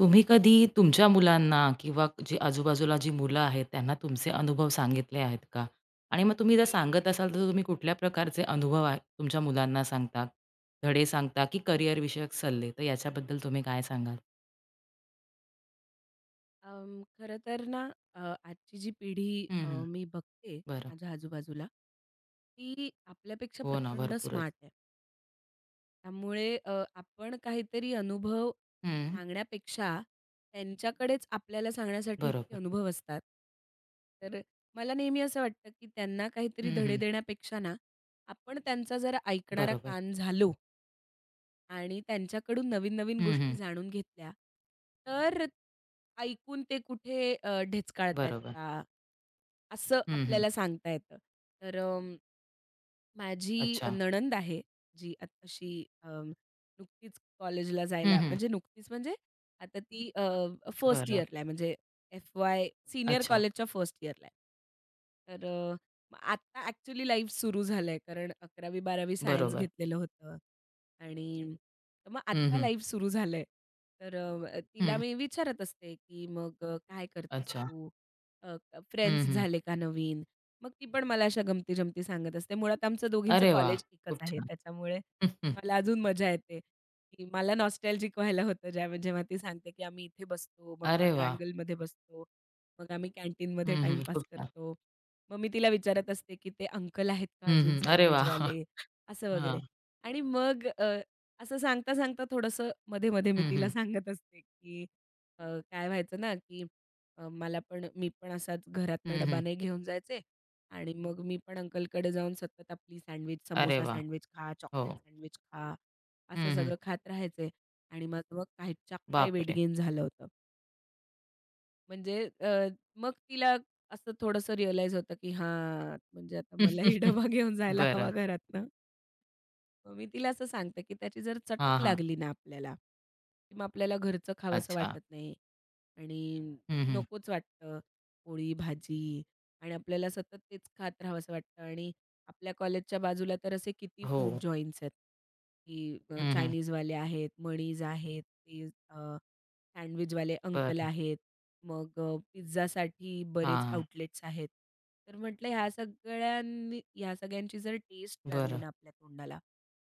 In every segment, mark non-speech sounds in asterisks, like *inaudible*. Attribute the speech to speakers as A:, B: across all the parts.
A: तुम्ही कधी तुमच्या मुलांना किंवा जी आजूबाजूला जी मुलं आहेत त्यांना तुमचे अनुभव सांगितले आहेत का? आणि मग तुम्ही जर सांगत असाल तर तुम्ही कुठल्या प्रकारचे अनुभव आहे तुमच्या मुलांना सांगता? धडे सांगता की करिअरविषयक सल्ले? तर याच्याबद्दल तुम्ही काय सांगाल?
B: खरं तर ना अ, आजची जी पिढी
A: हं,
B: अ,
A: हं.
B: मी बघते
A: बरं.
B: माझ्या आजूबाजूला, ती आपल्यापेक्षा
A: हो ना,
B: प्रचंड
A: भरपूरच.
B: स्मार्ट आहे. त्यामुळे आपण काहीतरी अनुभव
A: हं.
B: सांगण्यापेक्षा त्यांच्याकडेच आपल्याला सांगण्यासाठी इतके
A: बरोबर.
B: अनुभव असतात. तर मला नेहमी असं वाटतं, की त्यांना काहीतरी
A: हं,
B: धडे
A: हं.
B: देण्यापेक्षा ना, आपण त्यांचा जरा ऐकणारा
A: बरोबर.
B: कान झालो आणि त्यांच्याकडून नवीन-नवीन
A: हं,
B: गोष्टी
A: हं.
B: जाणून घेतल्या, तर ऐकून ते कुठे ढेचकाळतायत
A: बरोबर.
B: का, असं
A: हं, हं.
B: आपल्याला सांगता येतं. तर माझी
A: अच्छा.
B: नणंद आहे, जी आत अशी नुकतीच कॉलेजला
A: हं,
B: जायला
A: हं.
B: म्हणजे नुकतीच म्हणजे आता ती फर्स्ट
A: बरं.
B: इयरला आहे म्हणजे एफ-वाय सीनियर
A: अच्छा.
B: कॉलेजच्या फर्स्ट इयरला आहे. तर मग आता ॲक्चुअली लाईफ सुरू झालंय कारण अकरावी बारावी सायन्स
A: बरोबर.
B: घेतलेलं होतं आणि तर मग
A: हं,
B: आत्ता
A: हं.
B: लाईफ सुरू झालंय. तर तिला
A: हं.
B: मी विचारत असते, की "मग काय करतेस
A: अच्छा.
B: तू?
A: हं,
B: फ्रेंड्स
A: हं.
B: झाले का नवीन?" मग ती पण मला अशा गमती-जमती सांगत असते. मुळात आमचं दोघींचं
A: अरे वाह!
B: कॉलेज एकच
A: खूप
B: आहे.
A: छान.
B: त्याच्यामुळे
A: हं, हं.
B: मला अजून मजा येते, की मला नॉस्टॅल्जिक व्हायला होतं जेव्हा ती सांगते, की आम्ही इथे बसतो, मग
A: अरे वाह!
B: क्वाड्रँगलमध्ये बसतो, मग आम्ही कॅन्टीनमध्ये
A: हं, हं. खूप
B: टाईमपास
A: छान.
B: करतो. मग मी तिला विचारत असते, की "ते अंकल आहेत का
A: हं,
B: अजून
A: हं. अरे वाह!
B: सँडविचवाले?" असं
A: हां.
B: वगैरे. आणि मग असं सांगता-सांगता थोडंसं मध्ये-मध्ये मी
A: हं,
B: तिला
A: हं.
B: सांगत असते, की अ, काय व्हायचं ना, की मला पण मी पण असाच घरातनं
A: हं,
B: डबा
A: हं.
B: नाही
A: *laughs*
B: घेऊन जायचे. आणि मग मी पण अंकलकडे जाऊन सतत आपली सँडविच,
A: अरे
B: समोसा
A: वाह!
B: सँडविच खा,
A: हो.
B: चॉकलेट सँडविच खा, असं
A: हं, हं.
B: सगळं खात राहायचे आणि माझं मग कायच्या काय वेट
A: बापरे!
B: गेन झालं होतं. म्हणजे मग तिला असं थोडंसं रिअलाईज होतं, की हां, म्हणजे आता मलाही
A: *laughs*
B: डबा *laughs* घेऊन जायला हवा
A: बरं.
B: घरातनं. मग मी तिला असं सांगते, की त्याची जर
A: हां,
B: चटक
A: हां.
B: लागली ना आपल्याला, की मग आपल्याला घरचं खावंसं
A: अच्छा.
B: वाटत नाही. आणि
A: हं, हं.
B: नकोच वाटतं पोळी, भाजी आणि आपल्याला सतत तेच खात राहावंसं वाटतं आणि आपल्या कॉलेजच्या बाजूला तर असे किती
A: हो.
B: फूड जॉइंट्स आहेत, की
A: हं, हं.
B: चायनीजवाले आहेत, मणीज आहेत, ते अ, सँडविचवाले अंकल
A: बरं.
B: आहेत. मग पिझ्झासाठी बरेच
A: हां.
B: आउटलेट्स आहेत. तर म्हटलं ह्या सगळ्यांची जर टेस्ट लागली
A: बरं.
B: ना आपल्या तोंडाला,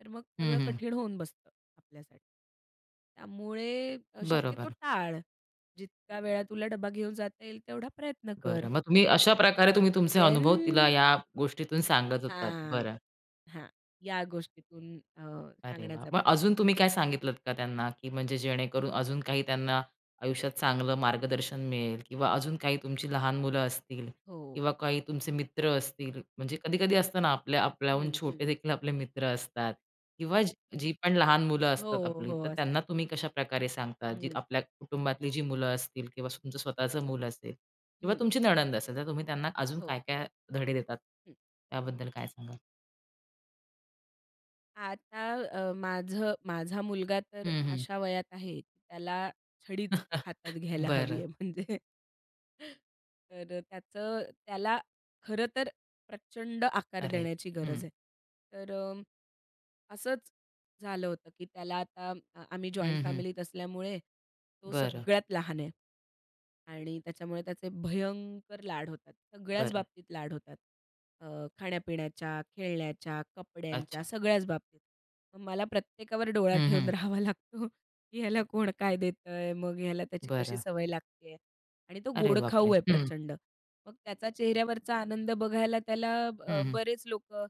B: तर मग
A: हं,
B: सगळं
A: हं.
B: कठीण होऊन बसतं आपल्यासाठी. त्यामुळे शक्यतो
A: बरोबर.
B: टाळ. जितका वेळा तुला डब्बा घेऊन जाता येईल तेवढा प्रयत्न कर.
A: बरं. मग तुम्ही अशा प्रकारे तुम्ही तुमचे
B: देन
A: अनुभव तिला या गोष्टीतून सांगत होतात.
B: हां,
A: बरं.
B: हां. या गोष्टीतून
A: अरे वाह!
B: सांगण्याचा
A: मग
B: प्रयत्न
A: अजून तुम्ही काय
B: करते मी तिला.
A: सांगितलत का त्यांना, की म्हणजे जेणेकरून अजून काही त्यांना आयुष्यात चांगलं मार्गदर्शन मिळेल किंवा अजून काही तुमची लहान मुलं असतील
B: हो.
A: किंवा काही तुमचे मित्र असतील, म्हणजे कधी-कधी असतं ना आपल्या आपल्याहून
B: हं, हं.
A: छोटे देखील आपले मित्र असतात किंवा जी जी पण लहान मुलं
B: हो,
A: असतात आपली,
B: हो.
A: तर त्यांना
B: असतात.
A: तुम्ही कशाप्रकारे सांगता? जी
B: हं,
A: आपल्या कुटुंबातली जी मुलं असतील किंवा तुमचं स्वतःचं मूल असेल किंवा
B: हं,
A: तुमची
B: हं.
A: नणंद असेल, तर तुम्ही त्यांना अजून
B: हो,
A: काय-काय धडे देतात?
B: हं.
A: त्याबद्दल काय सांगाल?
B: आता माझा मुलगा तर
A: हं, हं.
B: अशा वयात आहे की त्याला छडीच हातात
A: *laughs*
B: घ्यायला हवी
A: बरं.
B: आहे म्हणजे तर त्याचं त्याला खरं तर प्रचंड आकार
A: अरे!
B: देण्याची
A: हं.
B: गरज आहे. तर असंच झालं होतं, की त्याला आता आम्ही जॉइंट
A: हं, हं.
B: फॅमिलीत असल्यामुळे तो
A: बरं,
B: सगळ्यात लहान आहे. आणि त्याच्यामुळे त्याचे भयंकर लाड होतात. सगळ्याच
A: बरं.
B: बाबतीत लाड होतात. अ, खाण्यापिण्याच्या, खेळण्याच्या, कपड्यांच्या
A: अच्छा.
B: सगळ्याच बाबतीत. मग मला प्रत्येकावर डोळा
A: हं,
B: ठेवून
A: हं.
B: राहावा लागतो, की ह्याला कोण काय देतंय, मग ह्याला त्याची कशी
A: बरं.
B: सवय लागतेय. आणि तो
A: अरे
B: गोडखाऊ
A: बापरे!
B: आहे
A: हं,
B: प्रचंड. मग त्याचा चेहऱ्यावरचा आनंद बघायला त्याला
A: हं, हं.
B: बरेच लोकं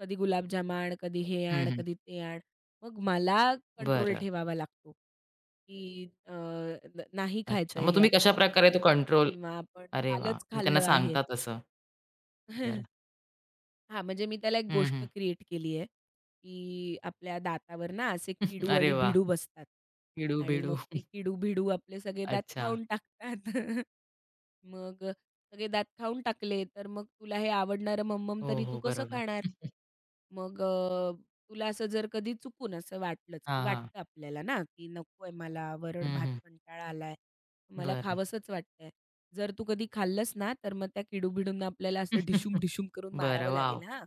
B: कधी गुलाबजाम आण, कधी हे
A: हं,
B: आण,
A: हं.
B: कधी ते आण. मग मला कंट्रोल
A: बरं.
B: ठेवावा लागतो, की नाही
A: अच्छा.
B: खायचं
A: मग
B: हे
A: तुम्ही
B: आत्ता आपण
A: कशाप्रकारे तो कंट्रोल
B: किंवा आपण
A: अरे वाह!
B: कालच
A: मग त्यांना
B: खाल्लं आहे.
A: सांगता तसं. बरं.
B: *laughs* हां, म्हणजे मी त्याला एक
A: हं,
B: गोष्ट
A: हं.
B: क्रिएट केली आहे, की आपल्या दातावर ना असे
A: *laughs*
B: किडू
A: अरे
B: आणि
A: वाह!
B: भिडू बसतात आणि
A: किडू-बिडू.
B: मग ते किडू-भिडू आपले सगळे दात
A: अच्छा.
B: खाऊन टाकतात. *laughs* मग सगळे दात खाऊन टाकले, तर मग तुला हे आवडणारं मम
A: हो,
B: तरी तू
A: हो.
B: कसं
A: बरोबर.
B: खाणार? मग तुला असं जर कधी चुकून असं वाटलंच, की
A: हां, हां.
B: वाटतं आपल्याला ना, की नकोय मला
A: हं,
B: वरण-भात,
A: हं.
B: कंटाळा आलाय, मला
A: बरं.
B: खावंसंच वाटतंय. जर तू कधी खाल्लंस ना, तर मग त्या किडू-बिडूंना आपल्याला असं
A: *laughs*
B: ढिशूम-ढिशूम करून
A: बरं.
B: मारावं
A: वॉव!
B: लागेल हां.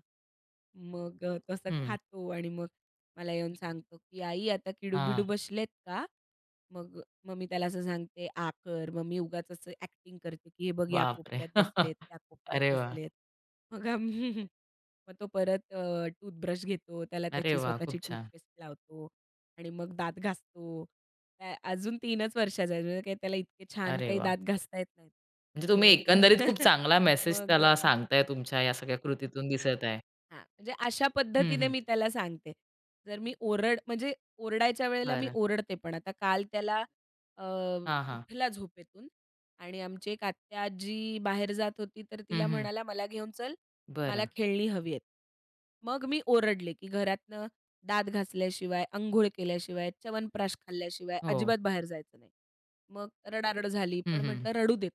B: मग तसं
A: हं.
B: खातो आणि मग मला येऊन सांगतो, की "आई आता किडू-बिडू
A: हां.
B: बसलेत का?" मग मग मी त्याला असं सांगते, "आकर." मग मी उगाच असं ॲक्टिंग करते, की "हे बघ या
A: बापरे!
B: कोपऱ्यात बसलेत,
A: *laughs*
B: त्या कोपऱ्यात
A: अरे वाह!
B: बसलेत." मग आम्ही *laughs* मग तो परत टूथब्रश घेतो, त्याला
A: अरे
B: त्याची
A: वाह!
B: स्वतःची
A: खूप छान.
B: टूथपेस्ट लावतो आणि मग दात घासतो. त्या अजून 3च वर्षाचा आहे, म्हणजे काही त्याला इतके छान
A: अरे
B: काही
A: वाह!
B: दात घासता येत नाहीत.
A: म्हणजे तुम्ही
B: मग
A: एकंदरीत खूप
B: *laughs*
A: चांगला मेसेज
B: मग
A: त्याला सांगताय तुमच्या या सगळ्या कृतीतून दिसत आहे.
B: हां, म्हणजे अशा
A: हं,
B: पद्धतीने
A: हं.
B: मी त्याला सांगते. जर मी ओरड म्हणजे ओरडायच्या वेळेला मी
A: बरं.
B: ओरडते पण. आता काल त्याला अ,
A: हां, हां.
B: उठला झोपेतून आणि आमची एक आत्या-आजी बाहेर जात होती, तर
A: हं,
B: तिला
A: हं.
B: म्हणाला, "मला घेऊन चल, मला
A: बरं.
B: खेळणी हवी आहेत." मग मी ओरडले, की "घरातनं दात घासल्याशिवाय, अंघोळ केल्याशिवाय, च्यवनप्राश खाल्ल्याशिवाय
A: हो.
B: अजिबात बाहेर जायचं नाही." मग रडारड झाली,
A: हं,
B: पण
A: हं.
B: म्हटलं रडू देत.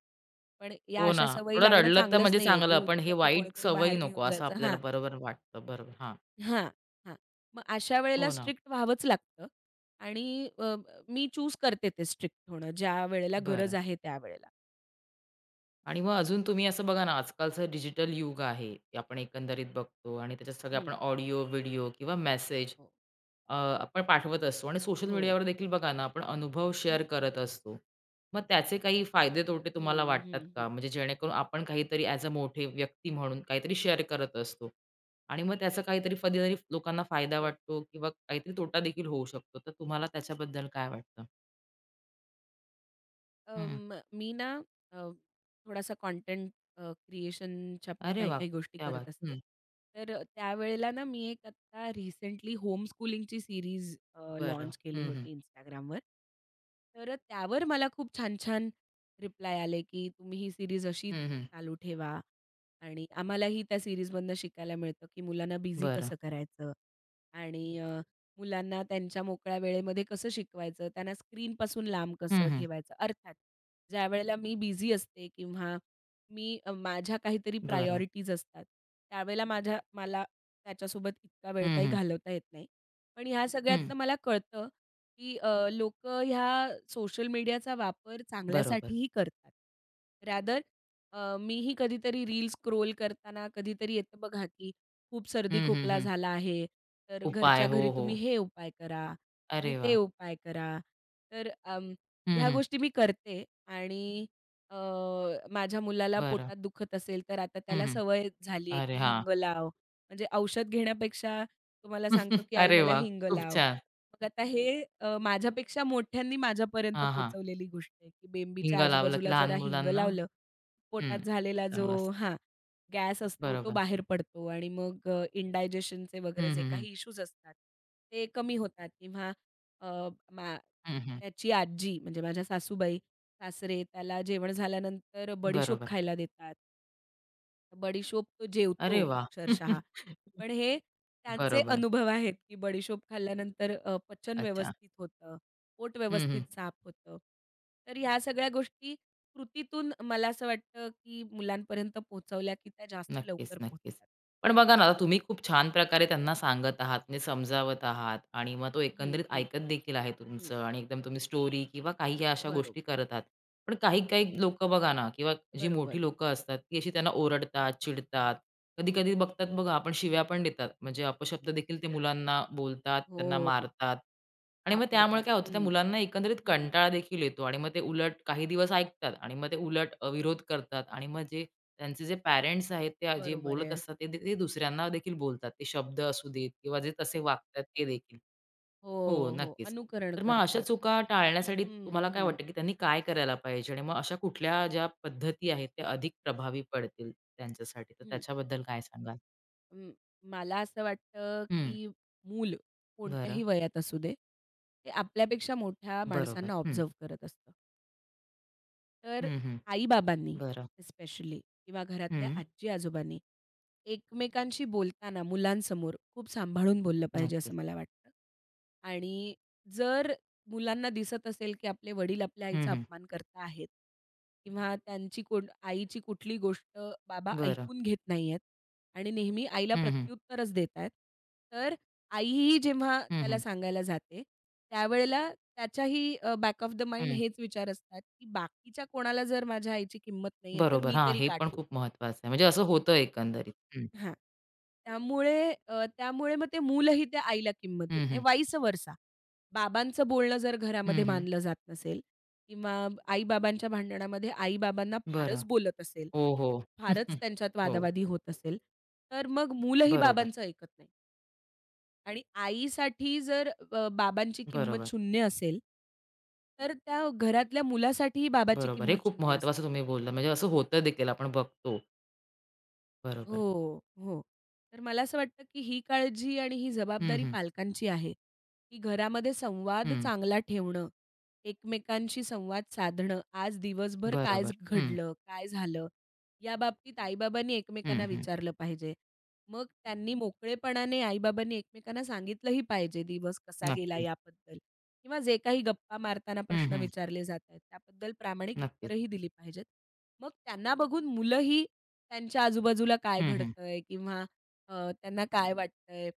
B: पण या
A: हो ना.
B: अशा सवयी
A: थोडं
B: लागणं
A: रडलं तर
B: चांगलंच
A: म्हणजे
B: नाहीये, की
A: चांगलं, पण हे
B: उठलं की
A: वाईट
B: कोणीतरी
A: सवयी
B: बाहेर
A: नको
B: घेऊन
A: असं
B: जायचं
A: आपल्याला
B: हां.
A: बरोबर वाटतं. बरोबर. हां.
B: हां, हां. मग अशा
A: हो
B: वेळेला
A: ना.
B: स्ट्रिक्ट व्हावंच लागतं आणि अ, मी चूज करते ते स्ट्रिक्ट होणं ज्या वेळेला गरज
A: बरं.
B: आहे त्यावेळेला.
A: आणि मग अजून तुम्ही असं बघा ना, आजकालचं डिजिटल युग आहे. ते आपण एकंदरीत बघतो आणि त्याच्यात सगळे
B: हं.
A: आपण ऑडिओ, व्हिडिओ किंवा मेसेज
B: हो.
A: आपण पाठवत असतो आणि सोशल
B: हो.
A: मीडियावर देखील बघा ना, आपण अनुभव शेअर
B: हं.
A: करत असतो. मग त्याचे काही फायदे-तोटे तुम्हाला
B: हं,
A: वाटतात
B: हं, हं.
A: का? म्हणजे जेणेकरून आपण काहीतरी ॲज अ मोठे व्यक्ती म्हणून काहीतरी शेअर करत असतो आणि मग त्याचा काहीतरी कधीतरी लोकांना फायदा
B: हो.
A: वाटतो किंवा काहीतरी तोटा देखील होऊ शकतो. तर तुम्हाला त्याच्याबद्दल काय वाटतं? हं.
B: मी ना अ, थोडासा कॉन्टेंट क्रिएशनच्या पण
A: अरे
B: काही
A: वाह!
B: काही गोष्टी
A: क्या
B: करत
A: बात!
B: असते.
A: हं.
B: तर त्यावेळेला ना मी एक आत्ता रिसेंटली होमस्कूलिंगची सीरीज
A: बरं.
B: लॉन्च केली
A: हं, हं.
B: होती Instagramवर. तर त्यावर मला खूप छान-छान रिप्लाय आले, की तुम्ही ही सीरीज अशीच
A: हं, हं.
B: चालू ठेवा आणि आम्हालाही त्या सीरीजमधनं शिकायला मिळतं, की मुलांना बिझी
A: बरं.
B: कसं करायचं आणि मुलांना त्यांच्या मोकळ्या वेळेमध्ये कसं शिकवायचं, त्यांना स्क्रीनपासून लांब
A: हं,
B: कसं
A: हं.
B: ठेवायचं. अर्थात ज्यावेळेला मी बिझी असते किंवा मी माझ्या काहीतरी
A: बरं.
B: प्रायोरिटीज असतात, त्यावेळेला मला त्याच्यासोबत इतका वेळ
A: हं,
B: काही
A: हं.
B: घालवता येत नाही. पण ह्या
A: हं.
B: सगळ्यातनं मला कळतं, की ह्या सोशल मीडियाचा वापर
A: बरोबर.
B: चांगल्यासाठीही करतात. रॅदर मीही कधीतरी रील्स स्क्रोल करताना कधीतरी येतं बघा, की खूप
A: हं, हं,
B: सर्दी-खोकला
A: हं.
B: झाला आहे, तर
A: उपाय.
B: घरच्या घरी
A: हो, हो.
B: तुम्ही हे उपाय करा, तुम्ही
A: अरे
B: ते
A: वाह!
B: उपाय करा. तर
A: हं,
B: ह्या
A: हं.
B: गोष्टी मी करते आणि अ, माझ्या मुलाला
A: बरं.
B: पोटात दुखत असेल, तर आता
A: हं,
B: त्याला
A: हं.
B: सवय झाली आहे
A: अरे
B: की
A: हां.
B: हिंग लाव. म्हणजे औषध घेण्यापेक्षा तो सांगतो
A: *laughs*
B: की "आई
A: अरे
B: मला
A: वाह!
B: हिंग
A: खूप
B: लाव."
A: छान.
B: मग आता हे माझ्यापेक्षा मोठ्यांनी माझ्यापर्यंत
A: हां, हां.
B: पोहोचवलेली गोष्ट आहे की
A: हिंग
B: बेंबीच्या
A: लावला की
B: आजूबाजूला
A: लहान
B: जरा हिंग
A: मुलांना
B: लावलं, पोटात
A: हं.
B: झालेला जो
A: चांगलं असतं.
B: हां. गॅस असतो तो
A: बरोबर.
B: बाहेर पडतो आणि मग इंडायजेशनचे वगैरे
A: हं,
B: जे
A: हं, हं.
B: काही इश्यूज असतात, ते कमी होतात किंवा अ, मा
A: हं, हं.
B: त्याची आजी म्हणजे माझ्या सासूबाई, सासरे त्याला जेवण झाल्यानंतर बडिशोप
A: बरोबर.
B: खायला देतात. बडिशोप तो
A: अरे
B: जेवतो
A: वाह!
B: अक्षरशः.
A: *laughs*
B: पण हे त्यांचे
A: बरोबर.
B: अनुभव आहेत, की बडिशोप खाल्ल्यानंतर पचन
A: अच्छा.
B: व्यवस्थित होतं, पोट
A: हं, हं.
B: व्यवस्थित साफ होतं. तर ह्या सगळ्या गोष्टी कृतीतून मला असं वाटतं, की मुलांपर्यंत पोहोचवल्या, की त्या जास्त
A: नक्कीच,
B: लवकर
A: नक्कीच.
B: पोहोचतात.
A: पण बघा ना, आता तुम्ही खूप छान प्रकारे त्यांना सांगत आहात, म्हणजे समजावत आहात आणि मग तो
B: हं,
A: एकंदरीत
B: हं,
A: ऐकत देखील आहे
B: हं.
A: तुमचं आणि एकदम तुम्ही स्टोरी किंवा काही ह्या अशा गोष्टी
B: बरोबर,
A: करत आहात. पण काही-काही लोकं बघा ना किंवा जी
B: बरोबर.
A: मोठी लोकं असतात, ती अशी त्यांना ओरडतात, चिडतात.
B: हं.
A: कधी-कधी बघतात बघा, आपण शिव्या पण देतात. म्हणजे अपशब्द देखील ते मुलांना बोलतात, त्यांना
B: हो,
A: मारतात. आणि मग त्यामुळे
B: वापरतात.
A: काय होतं, त्या
B: हं,
A: मुलांना एकंदरीत
B: हं.
A: कंटाळा देखील येतो आणि मग ते उलट काही दिवस ऐकतात आणि मग ते उलट विरोध करतात आणि मग जे त्यांचे जे पॅरेंट्स आहेत, ते जे
B: बरोबर
A: बोलत
B: आहे.
A: असतात, ते दुसऱ्यांना देखील बोलतात. ते शब्द असू देत किंवा जे तसे वागतात ते देखील.
B: हो,
A: हो,
B: हो.
A: नक्कीच.
B: अनुकरण
A: तर मग अशा
B: करतात.
A: चुका टाळण्यासाठी
B: हं,
A: तुम्हाला काय
B: हं,
A: वाटतं, की त्यांनी काय करायला पाहिजे? आणि मग अशा कुठल्या ज्या पद्धती आहेत, त्या अधिक प्रभावी पडतील त्यांच्यासाठी? तर
B: हं.
A: त्याच्याबद्दल काय सांगाल?
B: अं, मला असं वाटतं,
A: हं,
B: की मूल
A: बरं.
B: कोणत्याही वयात असू दे, ते आपल्यापेक्षा मोठ्या माणसांना
A: बरोबर. हं,
B: ऑब्झर्व्ह करत असतं. तर
A: हं, हं.
B: आई-बाबांनी
A: बरं.
B: स्पेशली किंवा घरातल्या
A: हं,
B: आजी-आजोबांनी एकमेकांशी बोलताना मुलांसमोर खूप सांभाळून बोललं पाहिजे असं
A: नक्कीच.
B: मला वाटतं. आणि जर मुलांना दिसत असेल, की आपले वडील आपल्या
A: हं,
B: आईचा
A: हं.
B: अपमान करता आहेत किंवा त्यांची आईची कुठली गोष्ट बाबा
A: बरं.
B: ऐकून घेत नाहीयेत आणि नेहमी आईला
A: हं, हं.
B: प्रत्युत्तरच देत आहेत. तर आईही जेव्हा
A: हं,
B: त्याला
A: हं.
B: सांगायला जाते, त्यावेळेला त्याच्याही बॅक ऑफ द माइंड
A: हं.
B: हेच विचार असतात, की बाकीच्या कोणाला जर माझ्या आईची किंमत नाहीये, तर
A: बरोबर.
B: मी
A: हां,
B: तरी
A: हे
B: का
A: पण
B: ठेवू?
A: खूप महत्वाचं आहे. म्हणजे असं होतं एकंदरीत. हं,
B: हां. त्यामुळे मग ते मूलही त्या आईला किंमत देत
A: हं,
B: नाही.
A: हं.
B: वाईस वर्सा. बाबांचं बोलणं जर
A: हं,
B: घरामध्ये
A: हं.
B: मानलं जात नसेल किंवा आई-बाबांच्या भांडणामध्ये आई-बाबांना
A: बरं.
B: फारच बोलत असेल,
A: हो, हो.
B: फारच
A: *laughs*
B: त्यांच्यात
A: हो.
B: वादावादी होत असेल, तर मग मूलही
A: बरोबर,
B: बाबांचं ऐकत नाही. आणि आईसाठी जर बाबांची किंमत
A: बरोबर.
B: शून्य असेल, तर त्या घरातल्या मुलासाठीही बाबाची
A: बरोबर. हे
B: किंमत
A: खूप
B: शून्य असते.
A: महत्त्वाचं तुम्ही बोलला. म्हणजे असं होतं देखील आपण बघतो. बरोबर.
B: हो, हो. तर मला असं वाटतं, की ही काळजी आणि ही
A: हं,
B: जबाबदारी
A: हं.
B: पालकांची आहे, की घरामध्ये संवाद
A: हं.
B: चांगला ठेवणं, एकमेकांशी संवाद साधणं. आज दिवसभर काय
A: बरोबर. हं.
B: घडलं? काय झालं? याबाबतीत आई-बाबांनी
A: हं,
B: एकमेकांना
A: हं.
B: विचारलं पाहिजे. मग त्यांनी मोकळेपणाने आई-बाबांनी एकमेकांना सांगितलंही पाहिजे, दिवस कसा गेला
A: नक्कीच.
B: याबद्दल किंवा जे काही गप्पा मारताना
A: हं,
B: प्रश्न
A: हं.
B: विचारले जात आहेत, त्याबद्दल प्रामाणिक
A: नक्कीच.
B: उत्तरंही दिली पाहिजेत. मग त्यांना बघून मुलंही त्यांच्या आजूबाजूला काय
A: हं, हं.
B: घडतंय किंवा त्यांना काय वाटतंय,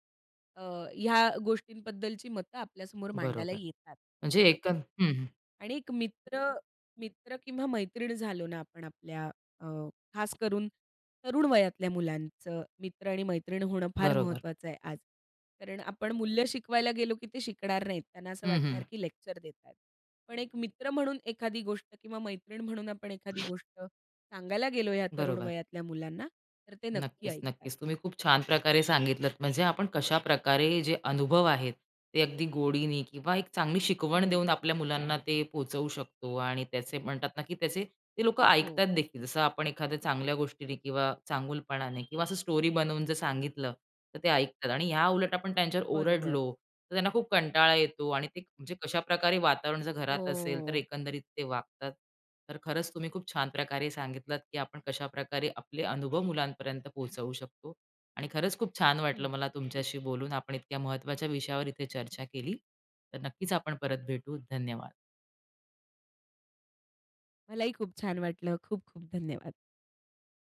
B: अ, ह्या गोष्टींबद्दलची मतं आपल्यासमोर मांडायला
A: बरोबर.
B: येतात.
A: म्हणजे एकं हं, हं.
B: आणि एक मित्र मित्र किंवा मैत्रीण झालो ना आपण आपल्या अ, खास करून तरुण वयातल्या मुलांचं मित्र आणि मैत्रीण होणं फार
A: बरोबर.
B: महत्त्वाचं आहे आज. कारण आपण मूल्य शिकवायला गेलो की ते शिकणार नाहीत. त्यांना असं
A: हं, हं.
B: वाटणार की लेक्चर देत आहेत. पण एक मित्र म्हणून एखादी गोष्ट किंवा मैत्रीण म्हणून आपण एखादी गोष्ट सांगायला गेलो या तरुण
A: बरोबर.
B: वयातल्या मुलांना, तर ते नक्की
A: नक्कीच,
B: ऐकतात.
A: नक्कीच. तुम्ही खूप छान प्रकारे सांगितलत. म्हणजे आपण कशा प्रकारे जे अनुभव आहेत, ते अगदी गोडीने किंवा एक चांगली शिकवण
B: हं.
A: देऊन आपल्या मुलांना ते पोहचवू शकतो आणि त्याचे म्हणतात ना, की त्याचे ते लोकं
B: हो.
A: ऐकतात देखील. जसं आपण एखाद्या चांगल्या गोष्टीने किंवा चांगुलपणाने किंवा असं स्टोरी बनवून जर सांगितलं, तर ते ऐकतात आणि ह्या उलट आपण त्यांच्यावर
B: बरोबर.
A: ओरडलो तर त्यांना खूप कंटाळा येतो आणि ते म्हणजे कशाप्रकारे वातावरण जर घरात असेल, तर
B: हो.
A: एकंदरीत ते वागतात. तर खरंच तुम्ही खूप छान प्रकारे सांगितलात, की आपण कशाप्रकारे आपले अनुभव मुलांपर्यंत पोहोचवू शकतो. आणि खरंच खूप छान वाटलं
B: हं,
A: मला
B: हं.
A: तुमच्याशी बोलून. आपण इतक्या महत्त्वाच्या विषयावर इथे चर्चा केली. तर नक्कीच आपण परत भेटू. धन्यवाद.
B: मलाही खूप छान वाटलं. खूप खूप धन्यवाद.